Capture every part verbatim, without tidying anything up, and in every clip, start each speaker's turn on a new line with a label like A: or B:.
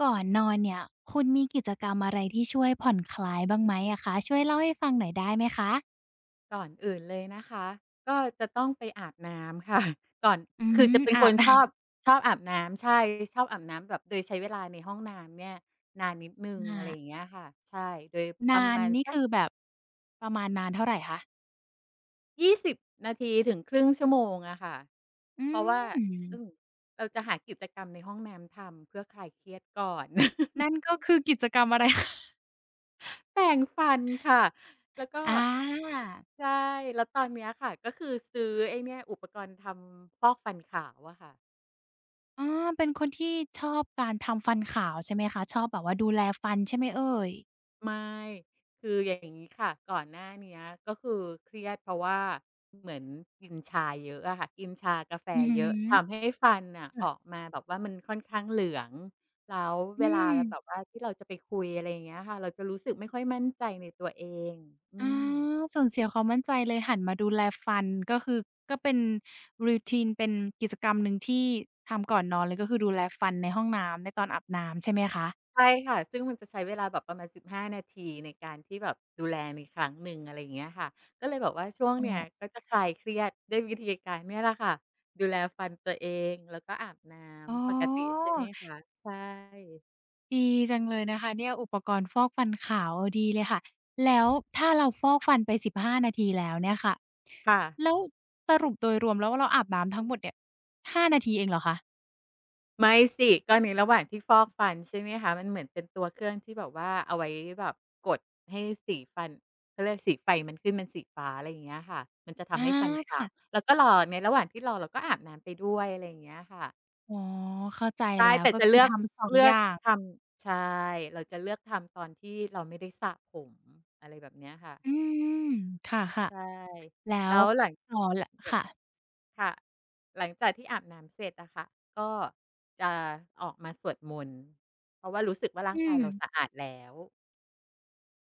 A: ก่อนนอนเนี่ยคุณมีกิจกรรมอะไรที่ช่วยผ่อนคลายบ้างไหมอะคะช่วยเล่าให้ฟังหน่อยได้ไหมคะ
B: ก่อนอื่นเลยนะคะก็จะต้องไปอาบน้ำค่ะ ก่อน
A: อื
B: คือ
A: ม
B: จะเป็น
A: อา
B: ค
A: บ
B: นชอบ
A: น้ำ
B: ชอบอาบน้ำใช่ชอบอาบน้ำแบบโดยใช้เวลาในห้องน้ำเนี่ยนานนิดนึง
A: อา
B: อะไรอย่างเงี้ยค่ะใช่โดยป
A: นา
B: ระ
A: น
B: มาณ
A: นี่
B: สัก
A: คือแบบประมาณนานเท่าไรคะ
B: ยี่สิบนาทีถึงครึ่งชั่วโมงอะค่ะ
A: อื
B: เพราะว่า
A: ม
B: อืมเราจะหากิจกรรมในห้องน้ำทำเพื่อคลายเครียดก่อน
A: นั่น ก็คือกิจกรรมอะไรคะ
B: แปรงฟันค่ะแล้วก็
A: อา
B: ใช่แล้วตอนเนี้ยค่ะก็คือซื้อไอ้เนี้ยอุปกรณ์ทำฟอกฟันขาวอะค่ะ
A: อ๋อเป็นคนที่ชอบการทำฟันขาวใช่ไหมคะชอบแบบว่าดูแลฟันใช่ไหมเอ่ย
B: ไม่คืออย่างนี้ค่ะก่อนหน้าเนี้ยก็คือเครียดเพราะว่าเหมือนกินชาเยอะอะค่ะกินชากาแฟ
A: อือฮึ
B: เยอะทำให้ฟันน่ะอ
A: ค่ะ
B: อกมาแบบว่ามันค่อนข้างเหลืองแล้ว
A: อื
B: เวลา
A: ม
B: แบบว่าที่เราจะไปคุยอะไรอย่างเงี้ยค่ะเราจะรู้สึกไม่ค่อยมั่นใจในตัวเองอื
A: อ
B: ม
A: าสูญเสียความมั่นใจเลยหันมาดูแลฟันก็คือก็เป็น routine เป็นกิจกรรมหนึ่งที่ทำก่อนนอนเลยก็คือดูแลฟันในห้องน้ำในตอนอาบน้ำใช่ไหมคะ
B: ใช่ค่ะซึ่งมันจะใช้เวลาแบบประมาณสิบห้านาทีในการที่แบบดูแลในครั้งหนึ่งอะไรอย่างเงี้ยค่ะก็เลยแบบว่าช่วง
A: อ้อ
B: เนี้ยก็จะคลายเครียดด้วยวิธีการเนี่ยแหละค่ะ ดูแลฟันตัวเองแล้วก็อาบน้
A: อ๋อ
B: ำปกติใช่ไหมคะใช่
A: ดีจังเลยนะคะเนี่ยอุปกรณ์ฟอกฟันขาวเออดีเลยค่ะแล้วถ้าเราฟอกฟันไปสิบห้านาทีแล้วเนี่ยค่ะ
B: ค่ะ
A: แล้วสรุปโดยรวมแล้วเราอาบน้ำทั้งหมดเนี่ยห้านาทีเองเหรอคะ
B: ไม่สิก็ในระหว่างที่ฟอกฟันใช่ไหมคะมันเหมือนเป็นตัวเครื่องที่แบบว่าเอาไว้แบบกดให้สีฟันเขาเรียกสีไฟมันขึ้นเป็นสีฟ้าอะไรอย่างเงี้ยค่ะมันจะ
A: อา
B: ทำให้ฟันขาว
A: ค่ะ
B: แล้วก็รอในระหว่างที่รอเราก็อาบน้ำไปด้วยอะไรอย่างเงี้ยค่ะ
A: อ๋อเข้าใจ
B: ใช่
A: แล้ว
B: แต่
A: ก็
B: จะ
A: คือ
B: เลือก
A: ทำสององ
B: เลื
A: อ
B: อก
A: ย่าง
B: ทำใช่เราจะเลือกทำตอนที่เราไม่ได้สระผมอะไรแบบเนี้ยค่ะ
A: อืมค่ะ
B: ใช่
A: ๆ แล้
B: แล้
A: ว
B: วหลัง
A: อ๋อล
B: เกิด
A: ค่ะ
B: ค่ะหลังจากที่อาบน้ำเสร็จอะค่ะก็จะออกมาสวดมนต์เพราะว่ารู้สึกว่าร่าง
A: อื
B: กาย
A: ม
B: เราสะอาดแล้ว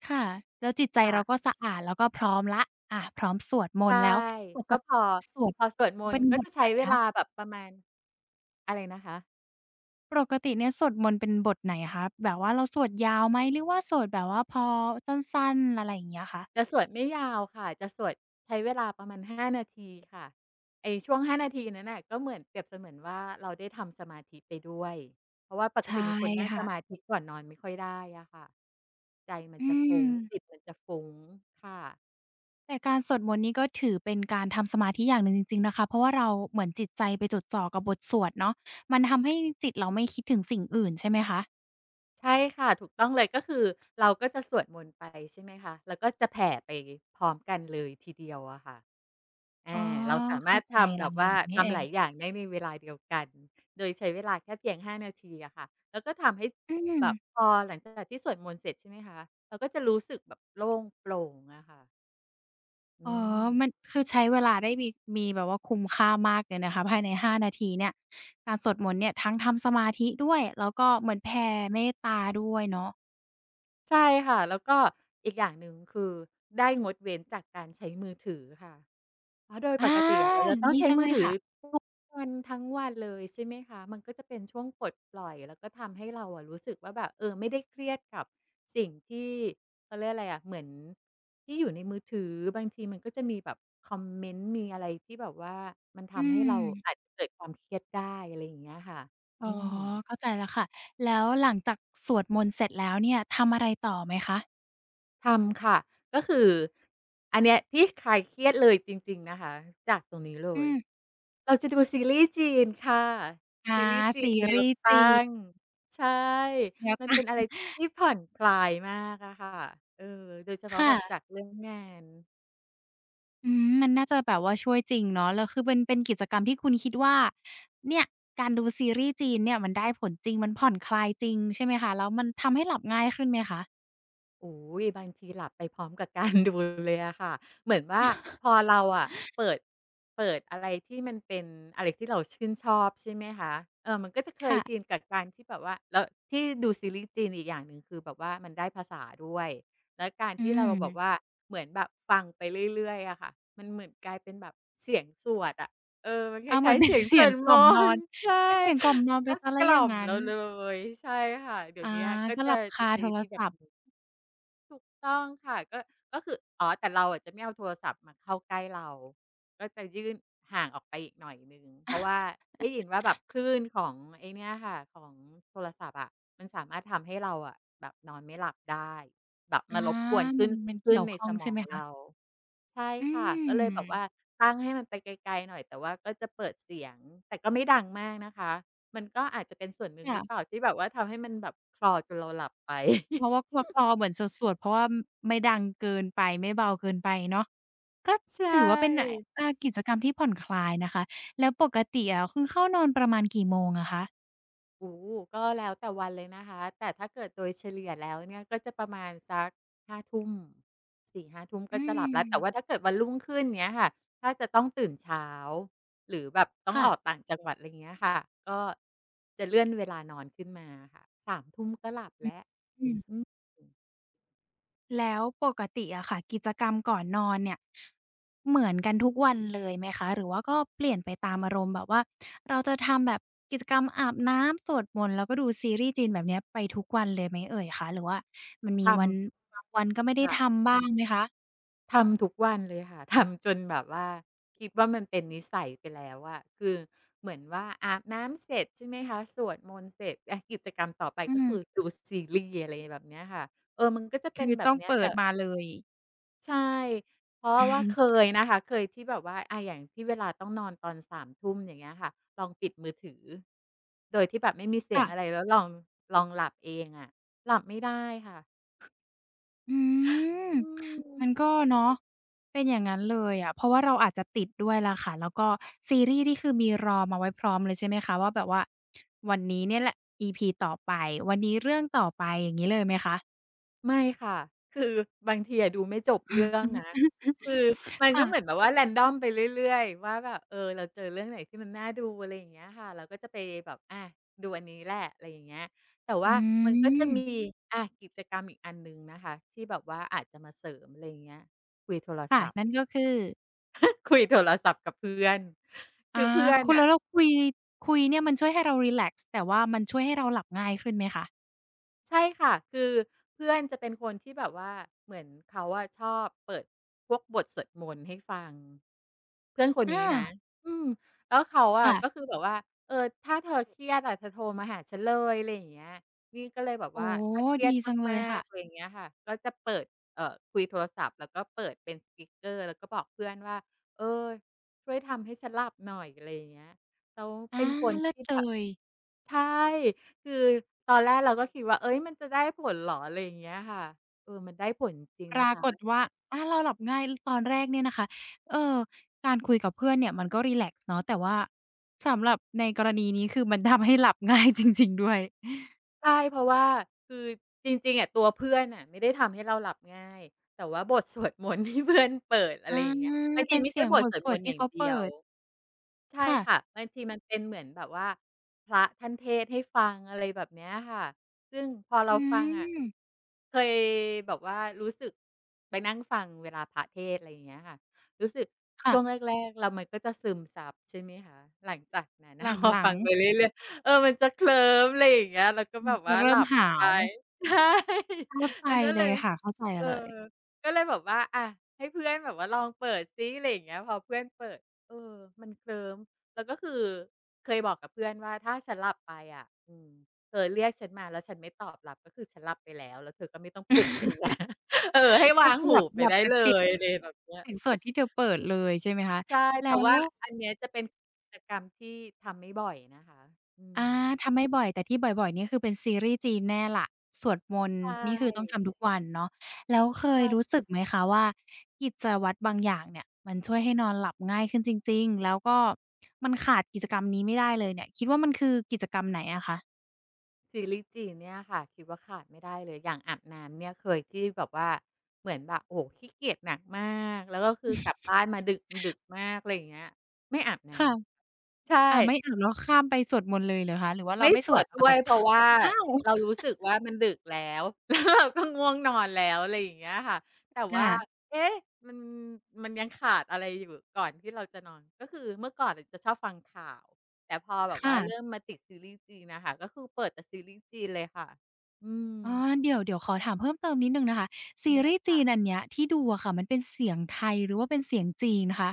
A: ค่ะแล้วจิตใจ
B: ค่ะ
A: เราก็สะอาดแล้วก็พร้อมแล้วอาพร้อมสวดมน
B: ใช่
A: ต์แล้วปก
B: ก็
A: ติ
B: พอ
A: สวด
B: พอสวดมน
A: เป็น
B: ต์ก็
A: บท
B: จะ
A: ไหน
B: ใช้เว
A: คะ
B: ลาแบบประมาณอะไรนะคะ
A: ปกติเนี่ยสวดมนต์เป็นบทไหนคะแบบว่าเราสวดยาวไหมหรือว่าสวดแบบว่าพอสั้นๆอะไรอย่างเงี้ยคะ
B: จะสวดไม่ยาวค่ะจะสวดใช้เวลาประมาณห้านาทีค่ะไอ้ช่วงห้านาทีนั้นน่ะก็เหมือนเปรียบเสมือนว่าเราได้ทำสมาธิไปด้วยเพราะว่าปก
A: ใช่
B: ติเป็นคนนั่งสมา
A: ค่ะ
B: ธิก่อนนอนไม่ค่อยได้อะค่ะใจมัน
A: อื
B: จะฟุ้
A: ม
B: งจิตมันจะฟุ้งค่ะ
A: แต่การสวดมนต์นี่ก็ถือเป็นการทำสมาธิอย่างหนึ่งจริงๆนะคะเพราะว่าเราเหมือนจิตใจไปจดจ่อกับบทสวดเนาะมันทำให้จิตเราไม่คิดถึงสิ่งอื่นใช่ไหมคะ
B: ใช่ค่ะถูกต้องเลยก็คือเราก็จะสวดมนต์ไปใช่ไหมคะแล้วก็จะแผ่ไปพร้อมกันเลยทีเดียวอะค่ะ อา
A: อ๋อ
B: เราสามา
A: เข้า
B: รถ
A: ใจ
B: ทำแบ
A: แล้ว
B: บ
A: อย่า
B: ว่า
A: งนี้นี่เอ
B: ทำห
A: ง
B: ลายอย่างได้ในเวลาเดียวกันโดยใช้เวลาแค่เพียง ห้า นาทีอะค่ะแล้วก็ทำให้
A: อื
B: แบ
A: ม
B: บพอหลังจากที่สวดมนต์เสร็จใช่ไหมคะเราก็จะรู้สึกแบบโล่งโปร่งอะค่ะอื
A: อ๋อ
B: ม
A: มันคือใช้เวลาได้มีมีแบบว่าคุ้มค่ามากเลยนะคะภายในห้านาทีเนี่ยการสวดมนต์เนี่ยทั้งทำสมาธิด้วยแล้วก็เหมือนแผ่เมตตาด้วยเนาะ
B: ใช่ค่ะแล้วก็อีกอย่างหนึ่งคือได้งดเว้นจากการใช้มือถือค่ะ
A: อาอดีจังเลยค่ะ
B: วันทั้งวันเลยใช่ไหมคะ มันก็จะเป็นช่วงปลดปล่อยแล้วก็ทำให้เราอะรู้สึกว่าแบบเออไม่ได้เครียดกับสิ่งที่เขาเรียกอะไรอะเหมือนที่อยู่ในมือถือบางทีมันก็จะมีแบบคอมเมนต์มีอะไรที่แบบว่ามัน
A: อื
B: ทำให้
A: ม
B: เราอาจจะเกิดความเครียดได้อะไรอย่างเงี้ยค่ะ
A: อ๋
B: อื
A: อ
B: ม
A: เข้าใจแล้วค่ะแล้วหลังจากสวดมนต์เสร็จแล้วเนี่ยทำอะไรต่อไหมคะ
B: ทำค่ะก็คืออันเนี้ยที่คลายเครียดเลยจริงๆนะคะจากตรงนี้เล
A: อื
B: ย
A: ม
B: เราจะดูซีรีส์จีนค่ะ
A: อา
B: ซีรีส์จีน
A: ซี
B: แนว
A: รีส์
B: ตั้
A: จี
B: ง
A: น
B: ใช่
A: แนว
B: มัน
A: ตัา
B: เป็นอะไร
A: ง
B: ที่ผ่อนคลายมากอะค่ะเออโดยเฉพาะแบบจาก
A: ค่ะ
B: เรื่องงาน
A: อืมมันน่าจะแบบว่าช่วยจริงเนาะแล้วคือเป็นเป็นกิจกรรมที่คุณคิดว่าเนี่ยการดูซีรีส์จีนเนี่ยมันได้ผลจริงมันผ่อนคลายจริงใช่ไหมคะแล้วมันทำให้หลับง่ายขึ้นไหมคะ
B: โอ้ยบางทีหลับไปพร้อมกับการ ดูเลยอะค่ะ เหมือนว่าพอเราอะเปิดเปิดอะไรที่มันเป็นอะไรที่เราชื่นชอบใช่ไหมคะเออมันก็จะเคย
A: ค่ะ
B: จีนกับการที่แบบว่าแล้วที่ดูซีรีส์จีนอีกอย่างหนึ่งคือแบบว่ามันได้ภาษาด้วยแล้วการ
A: อื
B: ที่เรา
A: ม
B: แบบว่าเหมือนแบบฟังไปเรื่อยๆอะค่ะมันเหมือนกลายเป็นแบบเสียงสวดอะเออมันค
A: อาเหมือ
B: ล้า
A: น
B: ยๆ
A: เป็น
B: เสียงส
A: เสีย
B: ว
A: ง
B: ด
A: ก
B: ม
A: ล่อมนอ
B: น
A: น
B: ต์ ใช่
A: เป็นเสียงกล่อมนอ
B: มั
A: น
B: น
A: ไป
B: ก็
A: เสีย
B: ก
A: แล้วอ
B: ล่
A: ย่า
B: อ
A: ง
B: ม
A: งั้น
B: เราเลยใช่ค่ะเดี๋ย
A: อา
B: วนี้ก็
A: ก็ห
B: จะ
A: ลับ
B: จะ
A: คา
B: ใช้
A: โท
B: วิ
A: ร
B: ธีแบบ
A: ศัพท์
B: นี้ ถูกต้องค่ะก็ก็คืออ๋อแต่เราอะจะไม่เอาโทรศัพท์มาเข้าใกล้เราก็จะยื่นห่างออกไปอีกหน่อยหนึ่งเพราะว่าได้ยินว่าแบบคลื่นของไอ้เนี่ยค่ะของโทรศัพท์อะมันสามารถทำให้เราอะแบบนอนไม่หลับได้แบบ
A: อา
B: มารบกวนคลื่
A: มัน
B: น
A: มัน
B: คลื่
A: เกี่ย
B: น
A: ว
B: ใน
A: ข้อ
B: ส
A: ง
B: ม
A: ใช่
B: อง
A: ไหมคะ
B: เราใช่
A: อื
B: ค่ะก็เลยแบบว่า
A: ม
B: ตั้งให้มันไปไกลๆหน่อยแต่ว่าก็จะเปิดเสียงแต่ก็ไม่ดังมากนะคะมันก็อาจจะเป็นส่วนหนึ่งหรือเปล่า
A: ค่ะ
B: ที่แบบว่าทำให้มันแบบคลอจนเราหลับไป
A: เพราะว่าค ลอๆเหมือนสวดๆเพราะว่าไม่ดังเกินไปไม่เบาเกินไปเนาะก็
B: ใช
A: ถือว่าเป็นอ
B: ่
A: อากิจกรรมที่ผ่อนคลายนะคะแล้วปกติอะคุณเข้านอนประมาณกี่โมงอะคะ
B: โอ้โฮก็แล้วแต่วันเลยนะคะแต่ถ้าเกิดโดยเฉลี่ยแล้วเนี่ยก็จะประมาณสักห้าทุ่มสี่ถึงห้าทุ่มก็
A: อื
B: จะหลั
A: ม
B: บแล้วแต่ว่าถ้าเกิดวันรุ่งขึ้นเงี้ยค่ะถ้าจะต้องตื่นเช้าหรือแบบต้อง
A: ค่ะ
B: ออกต่างจังหวัดไรเงี้ยค่ะก็จะเลื่อนเวลานอนขึ้นมาค่ะสามทุ่มก็หลับ
A: อ
B: แล้ว
A: ื
B: อื
A: ม
B: ม
A: แล้วปกติอะค่ะกิจกรรมก่อนนอนเนี่ยเหมือนกันทุกวันเลยไหมคะหรือว่าก็เปลี่ยนไปตามอารมณ์แบบว่าเราจะทำแบบกิจกรรมอาบน้ำสวดมนต์แล้วก็ดูซีรีส์จีนแบบเนี้ยไปทุกวันเลยไหมเอ่ยคะหรือว่ามันมี
B: ทำ
A: วันบางวันก็ไม่ได้
B: ค่ะ
A: ทำบ้างไหมคะ
B: ทำทุกวันเลยค่ะ ทำจนแบบว่าคิดว่ามันเป็นนิสัยไปแล้วอะคือเหมือนว่าอาบน้ำเสร็จใช่ไหมคะสวดมนต์เสร็จอะกิจกรรมต่อไป
A: อื
B: ก็คือ
A: ม
B: ดูซีรีส์อะไรแบบเนี้ยค่ะเออมันก็จะเป็
A: คื
B: น
A: อ
B: แบ
A: ต้
B: บ
A: อง
B: เนี้ย
A: เปิ
B: แต่
A: ดมาเลย
B: ใช่เพราะว่าเค ยนะคะเคยที่แบบว่าอาอย่างที่เวลาต้องนอนตอนสามทุ่มอย่างเงี้ยค่ะลองปิดมือถือโดยที่แบบไม่มีเสียง
A: ค่ะ
B: อะไรแล้วลองลองหลับเองอะหลับไม่ได้ค่ะ
A: อืม
B: อืม
A: มันก็เนาะเป็นอย่างงั้นเลยอะเพราะว่าเราอาจจะติดด้วยล่ะค่ะแล้วก็ซีรีส์นี่คือมีรอมาไว้พร้อมเลยใช่ไหมคะว่าแบบว่าวันนี้เนี่ยแหละ อี พี ต่อไปวันนี้เรื่องต่อไปอย่างงี้เลยไหมคะ
B: ไม่ค่ะคือบางทีอะดูไม่จบเรื่องนะ คือมันก็เหมือน
A: ค่ะ
B: แบบว่าแรนดอมไปเรื่อยๆว่าแบบเออเราเจอเรื่องไหนที่มันน่าดูอะไรอย่างเงี้ยค่ะเราก็จะไปแบบอาดูอันนี้แหละอะไรอย่างเงี้ยแต่
A: อื
B: ว่ามันก็จะ
A: ม
B: มีอากิจกรรมอีกอันหนึ่งนะคะที่แบบว่าอาจจะมาเสริมอะไรอย่างเงี้ยคุยโทร
A: ค่ะ
B: ศัพท์
A: นั่นก็คือ
B: คุยโทรศัพท์กับเพื่อนคื
A: อา
B: อเพื่อน
A: คุณแล้
B: น่ะ
A: วเราคุยคุยเนี่ยมันช่วยให้เรารีแลกซ์แต่ว่ามันช่วยให้เราหลับง่ายขึ้นไหมคะ
B: ใช่ค่ะคือเพื่อนจะเป็นคนที่แบบว่าเหมือนเขาอะชอบเปิดพวกบทสวดมนต์ให้ฟังเพื่อนคนนี้
A: อา
B: นะอืมแล้วเขาอะก็คือ
A: ค่ะ
B: แบบว่าเออถ้าเธอเครียดอะเธอโทรมาหาฉันเลยอะไรอย่างเงี้ยนี่ก็เลยแบบว่า
A: โอ้โฮ
B: ถ้าเครีย
A: ดี
B: ด
A: จังเล
B: มา
A: ย
B: ก
A: ค่ะ
B: ๆอะไรอย่างเงี้ยค่ะก็จะเปิดเอ่อคุยโทรศัพท์แล้วก็เปิดเป็นส s กเกอร์แล้วก็บอกเพื่อนว่าเออช่วยทำให้ฉันหลับหน่อยอะไรอย่างเงี้ยแล้ว
A: อา
B: เป็นคน
A: เลิศ
B: ที่
A: เล
B: แบบ
A: ย
B: ใช่คือตอนแรกเราก็คิดว่าเอ้ยมันจะได้ผลเหรออะไรอย่างเงี้ยค่ะเออมันได้ผลจริง
A: ป
B: ๆนะ
A: รา
B: คะ
A: กฏว่าอาเราหลับง่ายตอนแรกเนี่ยนะคะเออการคุยกับเพื่อนเนี่ยมันก็รีแลกซ์เนาะแต่ว่าสำหรับในกรณีนี้คือมันทำให้หลับง่ายจริงๆด้วย
B: ใช่เพราะว่าคือจริงๆอะตัวเพื่อนน่ะไม่ได้ทำให้เราหลับง่ายแต่ว่าบทสวดมนต์ที่เพื่อนเปิดอะไร
A: อา
B: อย่างเงี้ยบางที
A: เป็น
B: ไม่
A: เสี
B: ใช่
A: ยง
B: บ
A: บ
B: ท
A: ท
B: สวด
A: ส
B: ม
A: วด
B: นต์อ
A: ที่
B: ย่าง
A: เขา
B: เดีย
A: เปิ
B: ว
A: ด
B: ใช่
A: ค่ะ
B: ค่ะบางทีมันเป็นเหมือนแบบว่าพระท่านเทศน์ให้ฟังอะไรแบบเนี้ยค่ะซึ่งพอ
A: อื
B: เราฟังอะ
A: ม
B: เคยแบบว่ารู้สึกไปนั่งฟังเวลาพระเทศน์อะไรอย่างเงี้ยค่ะรู้สึกช่วงแ
A: ค่ะ
B: รกๆเรามันก็จะซึมซับใช่ไหมคะหลังจากนั้น น่ะพอ
A: หลั
B: ฟั
A: ง
B: งไปเรื่อยๆเออมันจะเคลิ้มอะไรอย่างเงี้ยแล้วก็
A: ๆมั
B: แบ
A: น
B: บ
A: จะ
B: ว่าห
A: เริ่
B: ลั
A: ม
B: บ
A: หา
B: ไป
A: ว
B: ใช่
A: เข้าใจ
B: แล้วก็
A: เล
B: เล
A: ย
B: ย
A: ค่ะเข้าใจ
B: เออ
A: เลย
B: ก็เลยแบบว่าอะให้เพื่อนแบบว่าลองเปิดซิอะไรอย่างเงี้ยพอเพื่อนเปิด เออมันเคลิ้มแล้วก็คือเคยบอกกับเพื่อนว่าถ้าฉันหลับไปอะอืมเธอเรียกฉันมาแล้วฉันไม่ตอบรับก็คือฉันหลับไปแล้วแล้วเธอก็ไม่ต้องปลุกฉันนะ เออให้
A: ก็
B: วาง
A: คือห
B: หู
A: ลับ
B: ไป
A: หลับ
B: ได้
A: จาก
B: เล
A: เสียง
B: ยอะไรแบบเนี้ย
A: เสียงสวดที่เธอเปิดเลยใช่ไหมคะ
B: ใช่แต่
A: แล้
B: ว่า
A: ว
B: อันเนี้ยจะเป็นกิจกรรมที่ทำไม่บ่อยนะคะอืม
A: อาทำไม่บ่อยแต่ที่บ่อยๆนี่คือเป็นซีรีส์จีนแน่ล่ะสวดมนต์
B: ใช
A: นี่คือต้อง
B: ่
A: ทำทุกวันเนาะแล้วเคยรู้
B: ใช่
A: สึกไหมคะว่ากิจวัตรบางอย่างเนี่ยมันช่วยให้นอนหลับง่ายขึ้นจริงๆแล้วก็มันขาดกิจกรรมนี้ไม่ได้เลยเนี่ยคิดว่ามันคือกิจกรรมไหนอะคะ
B: ซีรีส์จีนเนี่ยค่ะคิดว่าขาดไม่ได้เลยอย่างอาบน้ำเนี่ยเคยที่แบบว่าเหมือนแบบโอ้โฮขี้เกียจหนักมากแล้วก็คือกลับบ้านมาดึกดึกมากอะไรอย่างเงี้ยไม่อาบน้
A: ค่ะ
B: ำ ใช่
A: อาไม่อาบแล้วข้ามไปสวดมนต์เลยเหรอคะหรือว่าเรา
B: ไม่
A: ไม่
B: ส
A: สว
B: ว
A: ด
B: ด
A: เอา
B: ด้ว
A: แต่
B: ย
A: ข
B: เพราะว่า
A: อ้าว
B: เรารู้สึกว่ามันดึกแล้ว แล้วเราก็ง่วงนอนแล้วอะไรอย่างเงี้ยค่ะแต่
A: อา
B: ว่าเอ๊ะมันมันยังขาดอะไรอยู่ก่อนที่เราจะนอนก็คือเมื่อก่อนน่ะจะชอบฟังข่าวแต่พอแบบว่าเริ่ม
A: ค่ะ
B: มาติดซีรีส์จีนน่ะค่ะก็คือเปิดแต่ซีรีส์จีนเลยค่ะอืม
A: อ๋อเดี๋ยวเดี๋ยวขอถามเพิ่มเติมนิดหนึ่งนะคะซี
B: ได
A: รีส์
B: ้
A: จีนอันเนี้ยที่ดูอะค่ะมันเป็นเสียงไทยหรือว่าเป็นเสียงจีนคะ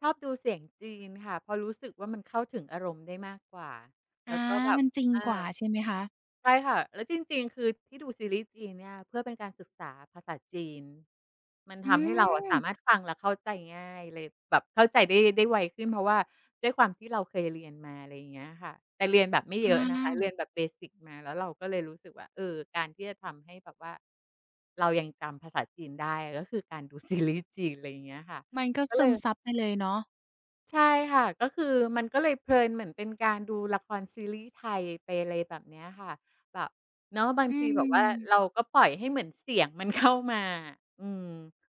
B: ชอบดูเสียงจีนค่ะเพราะรู้สึกว่ามันเข้าถึงอารมณ์ได้มากกว่าแล้
A: อา
B: วก็แบบ
A: มันจริง
B: อา
A: กว่าใช่ไหมคะ
B: ใช่ค่ะแล้วจริงๆคือที่ดูซีรีส์จีนเนี่ยเพื่อเป็นการศึกษาภาษาจีนมัน
A: อื
B: ทำให้เราอะสามารถ
A: ม
B: ฟังและเข้าใจง่ายเลยแบบเข้าใจได้ได้ไวขึ้นเพราะว่าด้วยความที่เราเคยเรียนมาอะไรอย่างเงี้ยค่ะแต่เรียนแบบไม่
A: อ
B: เยอะนะคะเรียน
A: า
B: แบบเบสิกมาแล้วเราก็เลยรู้สึกว่าเออการที่จะทำให้แบบว่าเรายังจำภาษาจีนได้ก็คือการดูซีรีส์จีนอะไรอย่างเงี้ยค่ะ
A: มันก็
B: ก็เล
A: ซึ
B: ย
A: มซับไปเลยเนาะ
B: ใช่ค่ะก็คือมันก็เลยเพลินเหมือนเป็นการดูละครซีรีส์ไทยไปอะไรแบบเนี้ยค่ะแบบเนาะบาง
A: อื
B: ทีแบบว่า
A: ม
B: เราก็ปล่อยให้เหมือนเสียงมันเข้ามาอืม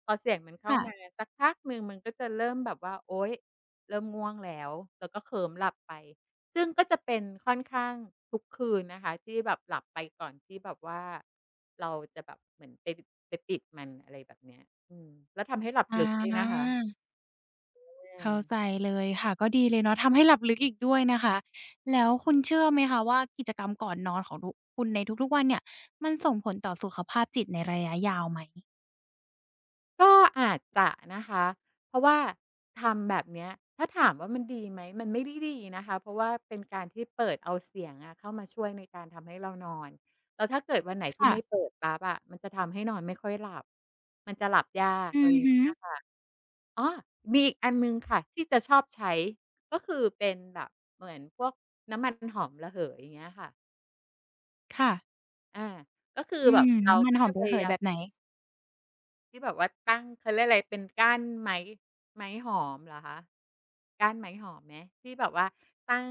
B: พอเสียงมันเข้ามา
A: ค่ะ
B: สักพักหนึ่งมันก็จะเริ่มแบบว่าโอ๊ยเริ่มง่วงแล้วแล้วก็เคลิ้มหลับไปซึ่งก็จะเป็นค่อนข้างทุกคืนนะคะที่แบบหลับไปก่อนที่แบบว่าเราจะแบบเหมือนไปไปปิดมันอะไรแบบเนี้ยอืมแล้วทำให้หลับ
A: อ
B: ลึกด้วยนะ
A: า
B: คะอา
A: เข้าใจเลยค่ะก็ดีเลยเนาะทำให้หลับลึกอีกด้วยนะคะแล้วคุณเชื่อไหมคะว่ากิจกรรมก่อนนอนของทุกคุณในทุกๆวันเนี่ยมันส่งผลต่อสุขภาพจิตในระยะยาวไหม
B: ก็อาจจะนะคะเพราะว่าทำแบบเนี้ยถ้าถามว่ามันดีไหมมันไม่ได้ดีนะคะเพราะว่าเป็นการที่เปิดเอาเสียงอะเข้ามาช่วยในการทำให้เรานอนแล้วถ้าเกิดวันไหนที่ไม่
A: ค่ะ
B: เปิดปั๊บอะมันจะทำให้นอนไม่ค่อยหลับมันจะหลับยาก
A: อื
B: อะไร
A: อ
B: อย่าง
A: ฮึ
B: เงี้ยค่ะอ้อมีอีกอันหนึ่งค่ะที่จะชอบใช้ก็คือเป็นแบบเหมือนพวกน้ำมันหอมระเหยอย่างเงี้ยค่ะ
A: ค่ะ
B: อาก็คือ
A: อื
B: แบบ
A: ม
B: เรา
A: น้ำมัน
B: ก็
A: หอ
B: จะ
A: ม
B: พ
A: ระเห
B: ยา
A: ย
B: ยา
A: แบ
B: ม
A: บไหน
B: ที่แบบว่าตั้งเขาเรียกอะไรเป็นก้านไม้ไม้หอมเหรอคะก้านไม้หอมไหมที่แบบว่าตั้ง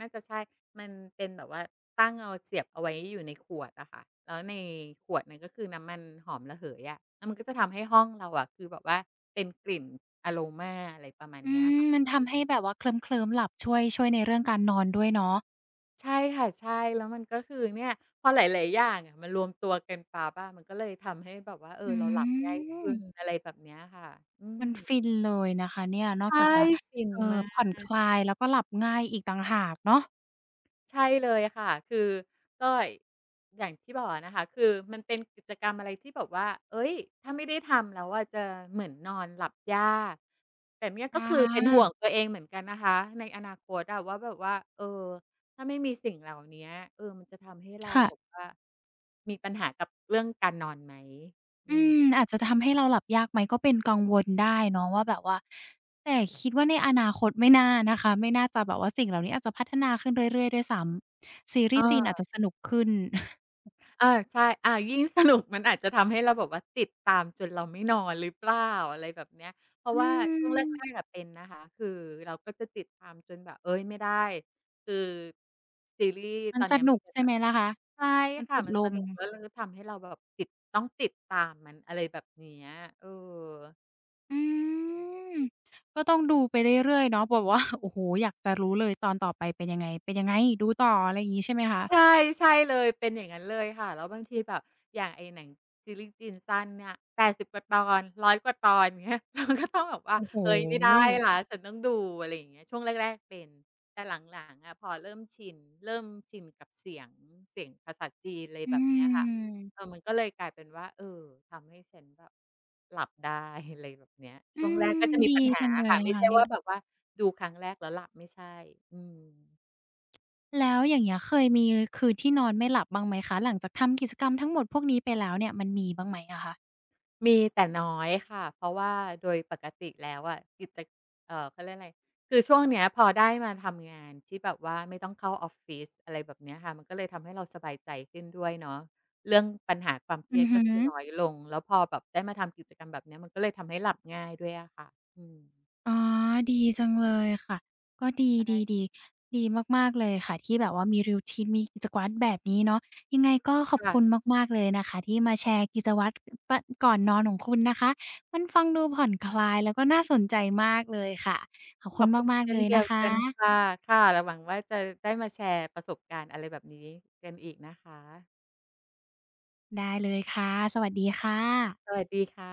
B: น่าจะใช่มันเป็นแบบว่าตั้งเอาเสียบเอาไว้อยู่ในขวดอะค่ะแล้วในขวดนั้นก็คือน้ำมันหอมระเหยอะแล้วมันก็จะทำให้ห้องเราอะคือแบบว่าเป็นกลิ่นอโรมาอะไรประมาณ
A: อื
B: เนี้ย
A: ม
B: ค่ะ
A: มันทำให้แบบว่าเคลิ้มๆหลับช่วยช่วยในเรื่องการนอนด้วยเนาะ
B: ใช่ค่ะใช่แล้วมันก็คือเนี่ยพอหลายๆอย่างอะมนรวมตัวกันปั๊บอะมันก็เลยทำให้แบบว่าเออ
A: อื
B: เราหลับง่ายขึ้น
A: ม
B: อะไรแบบเนี้ยค่ะอื
A: มั
B: ม
A: นฟินเลยนะคะเนี่ยนอก
B: ใช่
A: จากจะ
B: ฟิน
A: เอ่อ
B: มา
A: ผ่
B: ก
A: อนคลายแล้วก็หลับง่ายอีกต่างหากเนาะ
B: ใช่เลยค่ะคือก็อย่างที่บอกอะนะคะคือมันเป็นกิจกรรมอะไรที่แบบว่าเอ้ยถ้าไม่ได้ทำแล้วอะจะเหมือนนอนหลับยากแต่เนี่ยก็
A: อา
B: คือเป็นห่วงตัวเองเหมือนกันนะคะในอนาคตอะว่าแบบว่าเออถ้าไม่มีสิ่งเหล่าเนี้ยเออมันจะทำให้เรา
A: ค่ะ
B: แบบว่ามีปัญหากับเรื่องการนอนไหมอื
A: อื
B: ม
A: มอาจจะทำให้เราหลับยากไหมก็เป็นกังวลได้เนาะว่าแบบว่าแต่คิดว่าในอนาคตไม่น่านะคะไม่น่าจะแบบว่าสิ่งเหล่านี้อาจจะพัฒนาขึ้นเรื่อยๆด้วยซ้ำซีรีส์จีน
B: เอ
A: อาจ
B: อ
A: จะสนุกขึ้น
B: เอาใช่อายิ่งสนุกมันอาจจะทำให้เราแบบว่าติดตามจนเราไม่นอนหรือเปล่าอะไรแบบเนี้ยเพราะ
A: อื
B: ว่าช่วงแร
A: ม
B: กๆอะเป็นนะคะคือเราก็จะติดตามจนแบบเฮ้ยไม่ได้คือซีรีส์
A: มัน
B: ตอน
A: ส
B: เนี้ย
A: นุ
B: มัน
A: ก
B: เป็น
A: ใช่
B: แบ
A: ไหม
B: บ
A: ล่ะคะ
B: ใช่
A: มัน
B: ค่ะ
A: ติด
B: มั
A: ล
B: นส
A: ม
B: นุกแล้วเราก็ทำให้เราแบบติดต้องติดตามมันอะไรแบบเนี้ยเออ
A: อืมก็ต้องดูไปเรื่อยๆเนาะแบบว่า โอ้โฮอยากจะรู้เลยตอนต่อไปเป็นยังไงเป็นยังไงดูต่ออะไรอย่างงี้ใช่ไหมคะ
B: ใช่ใช่เลยเป็นอย่างงั้นเลยค่ะแล้วบางทีแบบอย่างไอ้หนังซีรีส์จีนสั้นเนี่ยแปดสิบกว่าตอนร้อยกว่าตอนอย่างเงี้ย เราก็ต้องแบบว่า
A: โอ้โฮ
B: เฮ้ยไม่ได้แล้วฉันต้องดูอะไรอย่างเงี้ยช่วงแรกๆเป็นแต่หลังๆอะพอเริ่มชินเริ่มชินกับเสียงเสียงภาษาจีนอะไร
A: อื
B: แบบเนี้ยค่ะ
A: ม
B: เออมันก็เลยกลายเป็นว่าเออทำให้ฉันแบบหลับได้อะไรแบบเนี้ย
A: อื
B: ช่วงแรก
A: ม
B: ก็จะมี
A: ดี
B: ปัญหา
A: จังเลย
B: ค่ะ
A: นะ
B: ไม่
A: คะ
B: ใช่
A: เนี่ย
B: ว่าแบบว่าดูครั้งแรกแล้วหลับไม่ใช่อืม
A: แล้วอย่างเงี้ยเคยมีคืนที่นอนไม่หลับบ้างไหมคะหลังจากทำกิจกรรมทั้งหมดพวกนี้ไปแล้วเนี่ยมันมีบ้างไหมอะคะ
B: มีแต่น้อยค่ะเพราะว่าโดยปกติแล้วอะกิจเอ่อเขาเรียกอะไรคือช่วงเนี้ยพอได้มาทำงานที่แบบว่าไม่ต้องเข้าออฟฟิศอะไรแบบเนี้ยค่ะมันก็เลยทำให้เราสบายใจขึ้นด้วยเนาะเรื่องปัญหาความเครี
A: อื
B: ย
A: อ
B: ด
A: ฮึ
B: ก็คือน้อยลงแล้วพอแบบได้มาทำกิจกรรมแบบเนี้ยมันก็เลยทำให้หลับง่ายด้วยอะค่ะอืม
A: อ๋อดีจังเลยค่ะ ก็ดีดี
B: ใช่
A: ดีดีมากๆเลยค่ะที่แบบว่ามี รูทีน มีกิจวัตรแบบนี้เนาะยังไงก็ขอบคุณ
B: ค่ะ
A: มากๆเลยนะคะที่มาแชร์กิจวัตรปก่อนนอนของคุณนะคะมันฟังดูผ่อนคลายแล้วก็น่าสนใจมากเลยค่ะ ขอบ
B: ข
A: คุ
B: อ
A: ณ
B: บคุณ
A: มากๆ
B: เช่
A: เล
B: น
A: ย
B: เดีย
A: นะ
B: ว
A: ค
B: กันค่ะ
A: ะ
B: ค่ะเราหวังว่าจะได้มาแชร์ประสบการณ์อะไรแบบนี้กันอีกนะคะ
A: ได้เลยค่ะ สวัสดีค่ะ
B: สวัสดีค่ะ